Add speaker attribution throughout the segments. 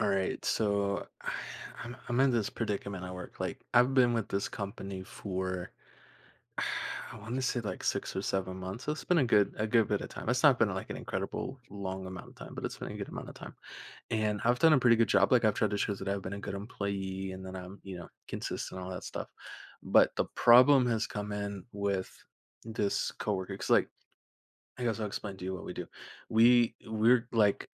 Speaker 1: All right, so I'm in this predicament I work. Like I've been with this company for I want to say like 6 or 7 months. So it's been a good bit of time. It's not been like an incredible long amount of time, but it's been a good amount of time. And I've done a pretty good job. Like I've tried to show that I've been a good employee and that I'm, you know, consistent, all that stuff. But the problem has come in with this coworker. Cause like I guess I'll explain to you what we do. We're like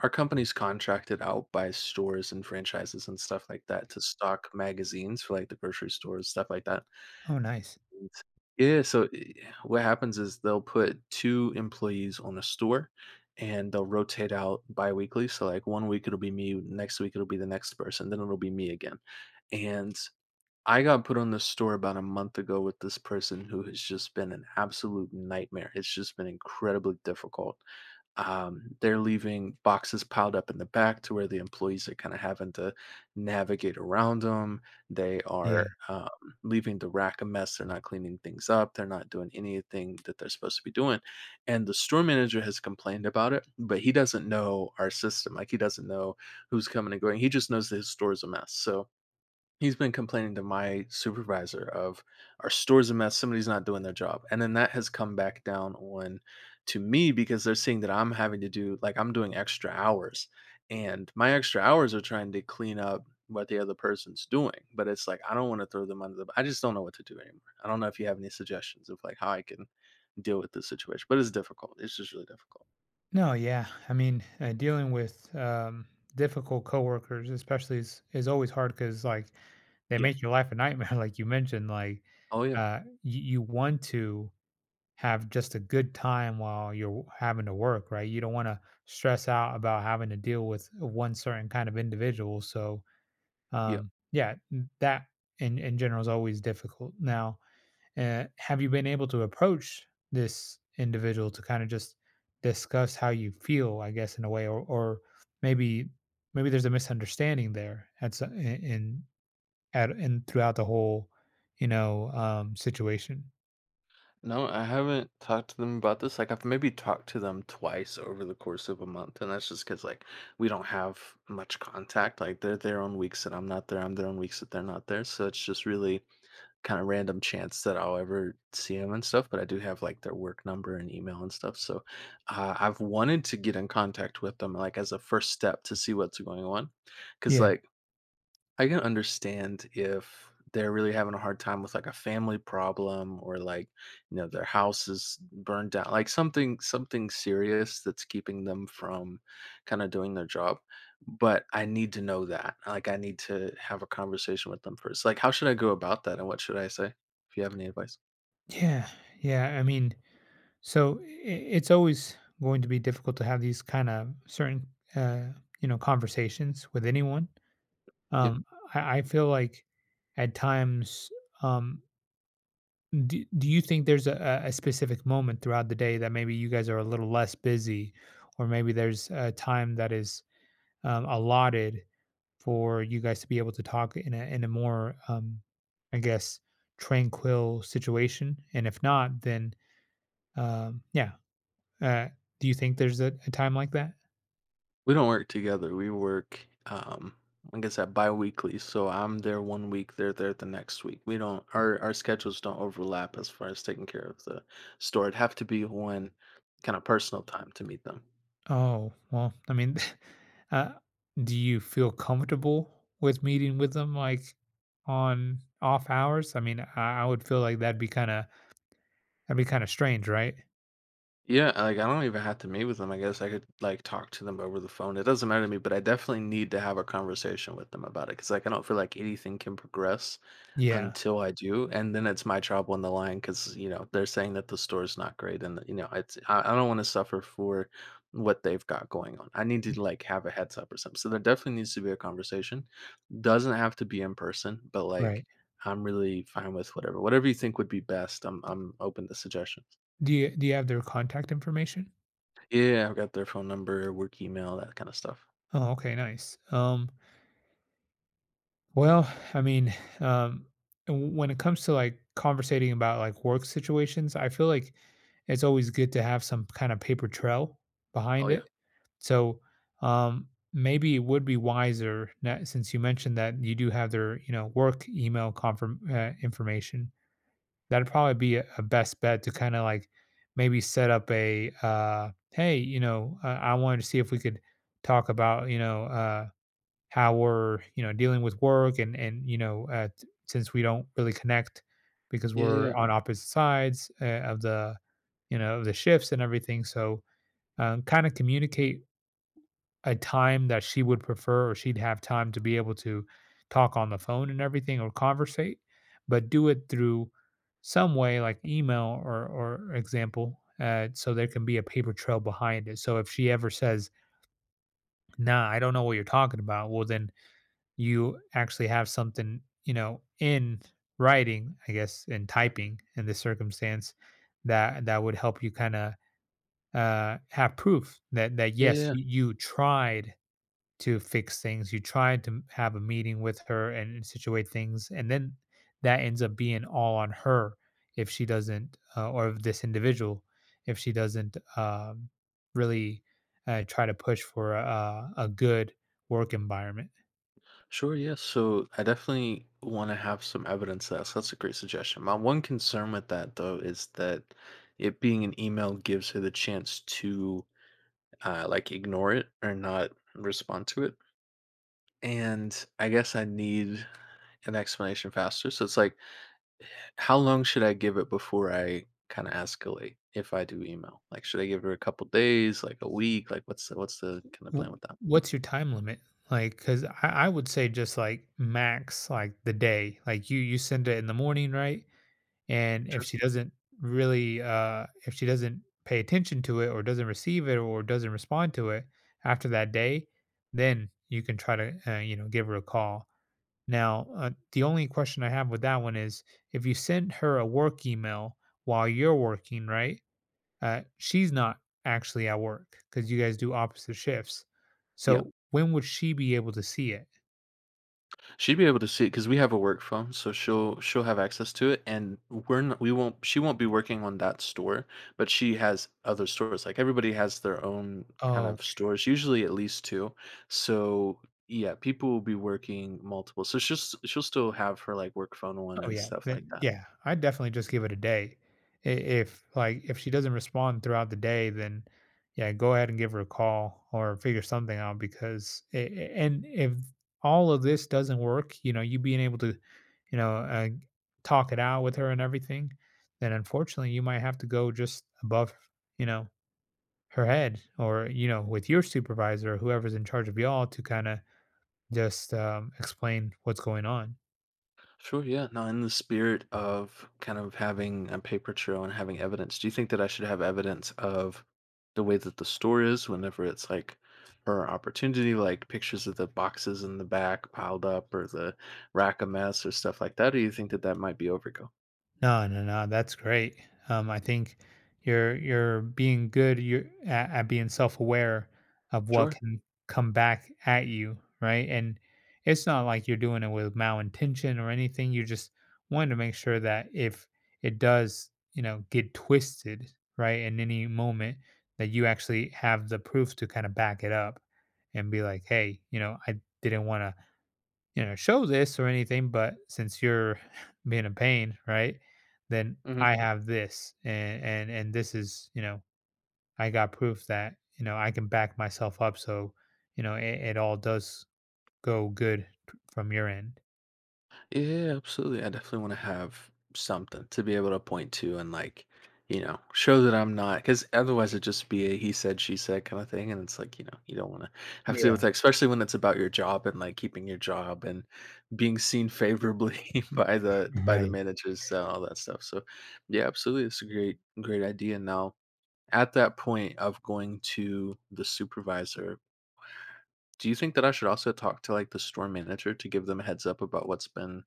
Speaker 1: our company's contracted out by stores and franchises and stuff like that to stock magazines for like the grocery stores, stuff like that.
Speaker 2: Oh, nice.
Speaker 1: And yeah, what happens is they'll put two employees on a store and they'll rotate out bi-weekly. So like 1 week it'll be me, next week it'll be the next person, then it'll be me again. And I got put on this store about a month ago with this person who has just been an absolute nightmare. It's just been incredibly difficult. They're leaving boxes piled up in the back to where the employees are kind of having to navigate around them. They are
Speaker 2: Yeah.
Speaker 1: leaving the rack a mess. They're not cleaning things up. They're not doing anything that they're supposed to be doing. And the store manager has complained about it, but he doesn't know our system. Like he doesn't know who's coming and going. He just knows that his store is a mess. So he's been complaining to my supervisor of, "Our store's a mess, somebody's not doing their job," and then that has come back down on to me because they're seeing that I'm having to do like, I'm doing extra hours, and my extra hours are trying to clean up what the other person's doing, but it's like, I don't wanna throw them under the I just don't know what to do anymore. I don't know if you have any suggestions of, like, how I can deal with this situation, but it's difficult, it's just really difficult.
Speaker 2: No, yeah. I mean, dealing with difficult coworkers, especially, is always hard because, like, they
Speaker 1: Yeah.
Speaker 2: make your life a nightmare. Like you mentioned, like
Speaker 1: Oh, yeah.
Speaker 2: you want to have just a good time while you're having to work, right? You don't want to stress out about having to deal with one certain kind of individual. So,
Speaker 1: Yeah.
Speaker 2: yeah, that in general is always difficult. Now, uh, have you been able to approach this individual to kind of just discuss how you feel, I guess, in a way, or maybe maybe there's a misunderstanding there at so- in- at and throughout the whole, situation.
Speaker 1: No, I haven't talked to them about this. Like I've maybe talked to them twice over the course of a month, and that's just because like we don't have much contact. Like they're there on weeks that I'm not there, I'm there on weeks that they're not there. So it's just really kind of random chance that I'll ever see them and stuff. But I do have like their work number and email and stuff. So I've wanted to get in contact with them like as a first step to see what's going on, because
Speaker 2: Yeah,
Speaker 1: like I can understand if they're really having a hard time with like a family problem or like, you know, their house is burned down, like something something serious that's keeping them from kind of doing their job. But I need to know that. Like I need to have a conversation with them first. Like how should I go about that and what should I say? If you have any advice.
Speaker 2: yeah, yeah. I mean, so I it's always going to be difficult to have these kind of certain, uh, you know, conversations with anyone. Um, I feel like at times. Um, do you think there's a specific moment throughout the day that maybe you guys are a little less busy, or maybe there's a time that is allotted for you guys to be able to talk in a more, I guess, tranquil situation? And if not, then um, yeah, uh, do you think there's a time like that?
Speaker 1: We don't work together. We work, um, like I said, bi-weekly. So I'm there 1 week, they're there the next week. We don't our schedules don't overlap as far as taking care of the store. It'd have to be one kind of personal time to meet them.
Speaker 2: Oh, well, I mean, uh, do you feel comfortable with meeting with them like on off hours? I mean, I would feel like that'd be kind of that'd be kind of strange, right?
Speaker 1: Yeah, like, I don't even have to meet with them, I guess I could, like, talk to them over the phone, it doesn't matter to me, but I definitely need to have a conversation with them about it. Cause like, I don't feel like anything can progress
Speaker 2: Yeah,
Speaker 1: until I do, and then it's my job on the line. Cause you know, they're saying that the store's not great and you know, it's I don't wanna suffer for what they've got going on, I need to, like, have a heads up or something, so there definitely needs to be a conversation, doesn't have to be in person, but, like,
Speaker 2: right.
Speaker 1: I'm really fine with whatever you think would be best, I'm open to suggestions.
Speaker 2: Do you have their contact information?
Speaker 1: Yeah, I've got their phone number, work email, that kind of stuff.
Speaker 2: Oh, okay, nice. Well, I mean, um, when it comes to like conversating about like work situations, I feel like it's always good to have some kind of paper trail
Speaker 1: Oh
Speaker 2: behind
Speaker 1: yeah.
Speaker 2: it. So, maybe it would be wiser now, since you mentioned that you do have their, you know, work email confirm information. That'd probably be a best bet to kinda, like, maybe set up a "Hey, you know, I wanted to see if we could talk about, you know, how we're, you know, dealing with work and you know, t since we don't really connect because
Speaker 1: Yeah, yeah,
Speaker 2: we're
Speaker 1: yeah.
Speaker 2: on opposite sides, of the you know, of the shifts and everything." So, kinda communicate a time that she would prefer or she'd have time to be able to talk on the phone and everything or conversate, but do it through some way like email or example, so there can be a paper trail behind it. So if she ever says, "Nah, I don't know what you're talking about," well, then you actually have something, you know, in writing, I guess, in
Speaker 1: Yeah,
Speaker 2: typing in this circumstance that would help you kind of have proof that
Speaker 1: yeah,
Speaker 2: yes,
Speaker 1: yeah.
Speaker 2: you tried to fix things. You try to have a meeting with her and situate things, and then that ends up being all on her if she doesn't, or if this individual, if she doesn't really try to push for a good work environment.
Speaker 1: Sure, yeah. So I definitely want to have some evidence of that. So that's a great suggestion. My one concern with that though is that it being an email gives her the chance to like ignore it or not respond to it. And I guess I need an explanation faster. So it's like how long should I give it before I kind of escalate if I do email? Like, should I give her a couple days, like a week? Like, what's the kind of plan
Speaker 2: W-
Speaker 1: with that?
Speaker 2: What's your time limit? Like, because I would say just like max, like the day. Like you send it in the morning, right? And if
Speaker 1: Sure.
Speaker 2: she doesn't really, if she doesn't pay attention to it or doesn't receive it or doesn't respond to it after that day, then you can try to, you know, give her a call. Now, the only question I have with that one is if you send her a work email while you're working, right? She's not actually at work because you guys do opposite shifts.
Speaker 1: Yeah,
Speaker 2: So when would she be able to see it?
Speaker 1: she'd be able to see it because we have a work phone, so she'll have access to it, and we're not, we won't she won't be working on that store, but she has other stores. Like everybody has their own kind
Speaker 2: Oh,
Speaker 1: of stores, usually at least two. So yeah, people will be working multiple. So she'll still have her like work phone one
Speaker 2: oh
Speaker 1: and
Speaker 2: yeah,
Speaker 1: stuff like
Speaker 2: then
Speaker 1: that.
Speaker 2: yeah, I'd definitely just give it a day. I If, like, if she doesn't respond throughout the day, then yeah, go ahead and give her a call or figure something out because a and if all of this doesn't work, you know, you being able to, you know, talk it out with her and everything, then unfortunately you might have to go just above, you know, her head or, you know, with your supervisor or whoever's in charge of y'all to kinda just, explain what's going on.
Speaker 1: Sure, yeah. Now, in the spirit of kind of having a paper trail and having evidence, do you think that I should have evidence of the way that the store is whenever it's like her opportunity, like pictures of the boxes in the back piled up or the rack of mess or stuff like that? Or do you think that that might be overkill?
Speaker 2: No, No. That's great. I think you're being good. At being self aware of what
Speaker 1: Sure.
Speaker 2: can come back at you, right? And it's not like you're doing it with malintention or anything. You just wanted to make sure that if it does, you know, get twisted, right, in any moment, that you actually have the proof to kind of back it up and be like, hey, you know, I didn't want to you know, show this or anything, but since you're being a pain, right? Then I have this and this is, you know, I got proof that, you know, I can back myself up so, you know, it all does go good from your end.
Speaker 1: Yeah, absolutely. I definitely want to have something to be able to point to and like, you know, show that I'm not because otherwise it'd just be a he said, she said kind of thing. And it's like, you know, you don't want to have to deal with
Speaker 2: Yeah.
Speaker 1: that, especially when it's about your job and like keeping your job and being seen favorably by the
Speaker 2: Right.
Speaker 1: managers and all that stuff. So yeah, absolutely. It's a great idea. Now at that point of going to the supervisor, do you think that I should also talk to like the store manager to give them a heads up about what's been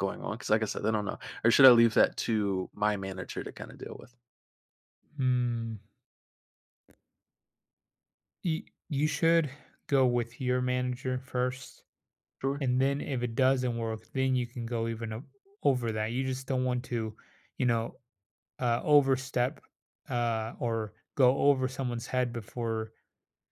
Speaker 1: going on because, like I said, they don't know. Or should I leave that to my manager to kinda deal with?
Speaker 2: Hmm. You, you should go with your manager first.
Speaker 1: Sure,
Speaker 2: And then if it doesn't work, then you can go even over that. You just don't want to, you know, overstep or go over someone's head before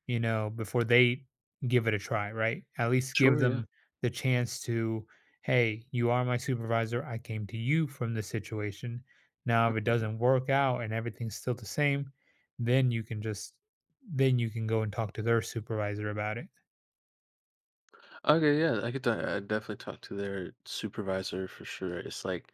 Speaker 2: before they give it a try, right? At least give
Speaker 1: sure, yeah.
Speaker 2: them the chance to, hey, you are my supervisor, I came to you from this situation. Now if it
Speaker 1: Mhm.
Speaker 2: doesn't work out and everything's still the same, then you can just then you can go and talk to their supervisor about it.
Speaker 1: Okay, yeah, I could de I definitely talk to their supervisor for sure. It's like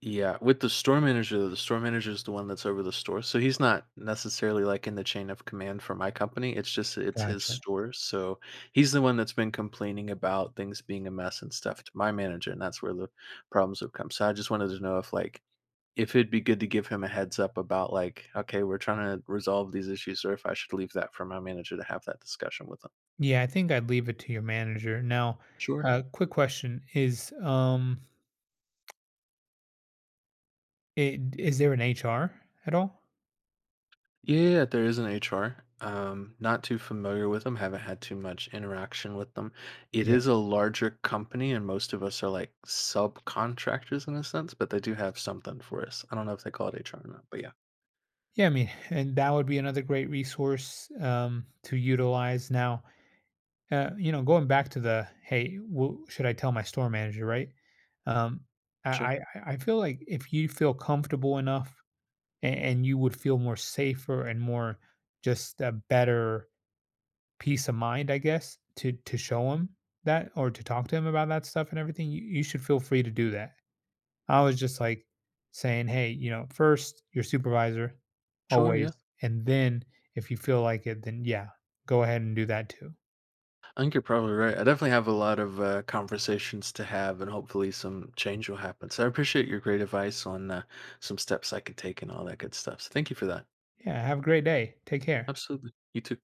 Speaker 1: yeah, with the store manager is the one that's over the store, so he's not necessarily, like, in the chain of command for my company, it's just it's his
Speaker 2: Gotcha.
Speaker 1: store, so he's the one that's been complaining about things being a mess and stuff to my manager, and that's where the problems have come. So I just wanted to know if, like, if it'd be good to give him a heads up about like, "Okay, we're trying to resolve these issues," or if I should leave that for my manager to have that discussion with him.
Speaker 2: Yeah, I think I'd leave it to your manager. Now,
Speaker 1: Sure.
Speaker 2: quick question is is there an HR at all?
Speaker 1: Yeah, yeah, there is an HR. Not too familiar with them, haven't had too much interaction with them. It is a larger company, and most of us are like subcontractors in a sense, but they do have something for us. I don't know if they call it HR or not, but yeah.
Speaker 2: Yeah, I mean, and that would be another great resource to utilize. Now, you know, going back to the hey, w should I tell my store manager, right? Um,
Speaker 1: Sure.
Speaker 2: I I feel like if you feel comfortable enough and you would feel more safer and more just a better peace of mind, I guess, to show him that or to talk to him about that stuff and everything, you should feel free to do that. I was just like saying, "Hey, you know, first your supervisor,
Speaker 1: Sure,
Speaker 2: always,
Speaker 1: yeah.
Speaker 2: and then if you feel like it, then yeah, go ahead and do that too.
Speaker 1: I think you're probably right. I definitely have a lot of conversations to have, and hopefully some change will happen. So I appreciate your great advice on some steps I could take and all that good stuff. So thank you for that.
Speaker 2: Yeah, have a great day. Take care.
Speaker 1: Absolutely. You too.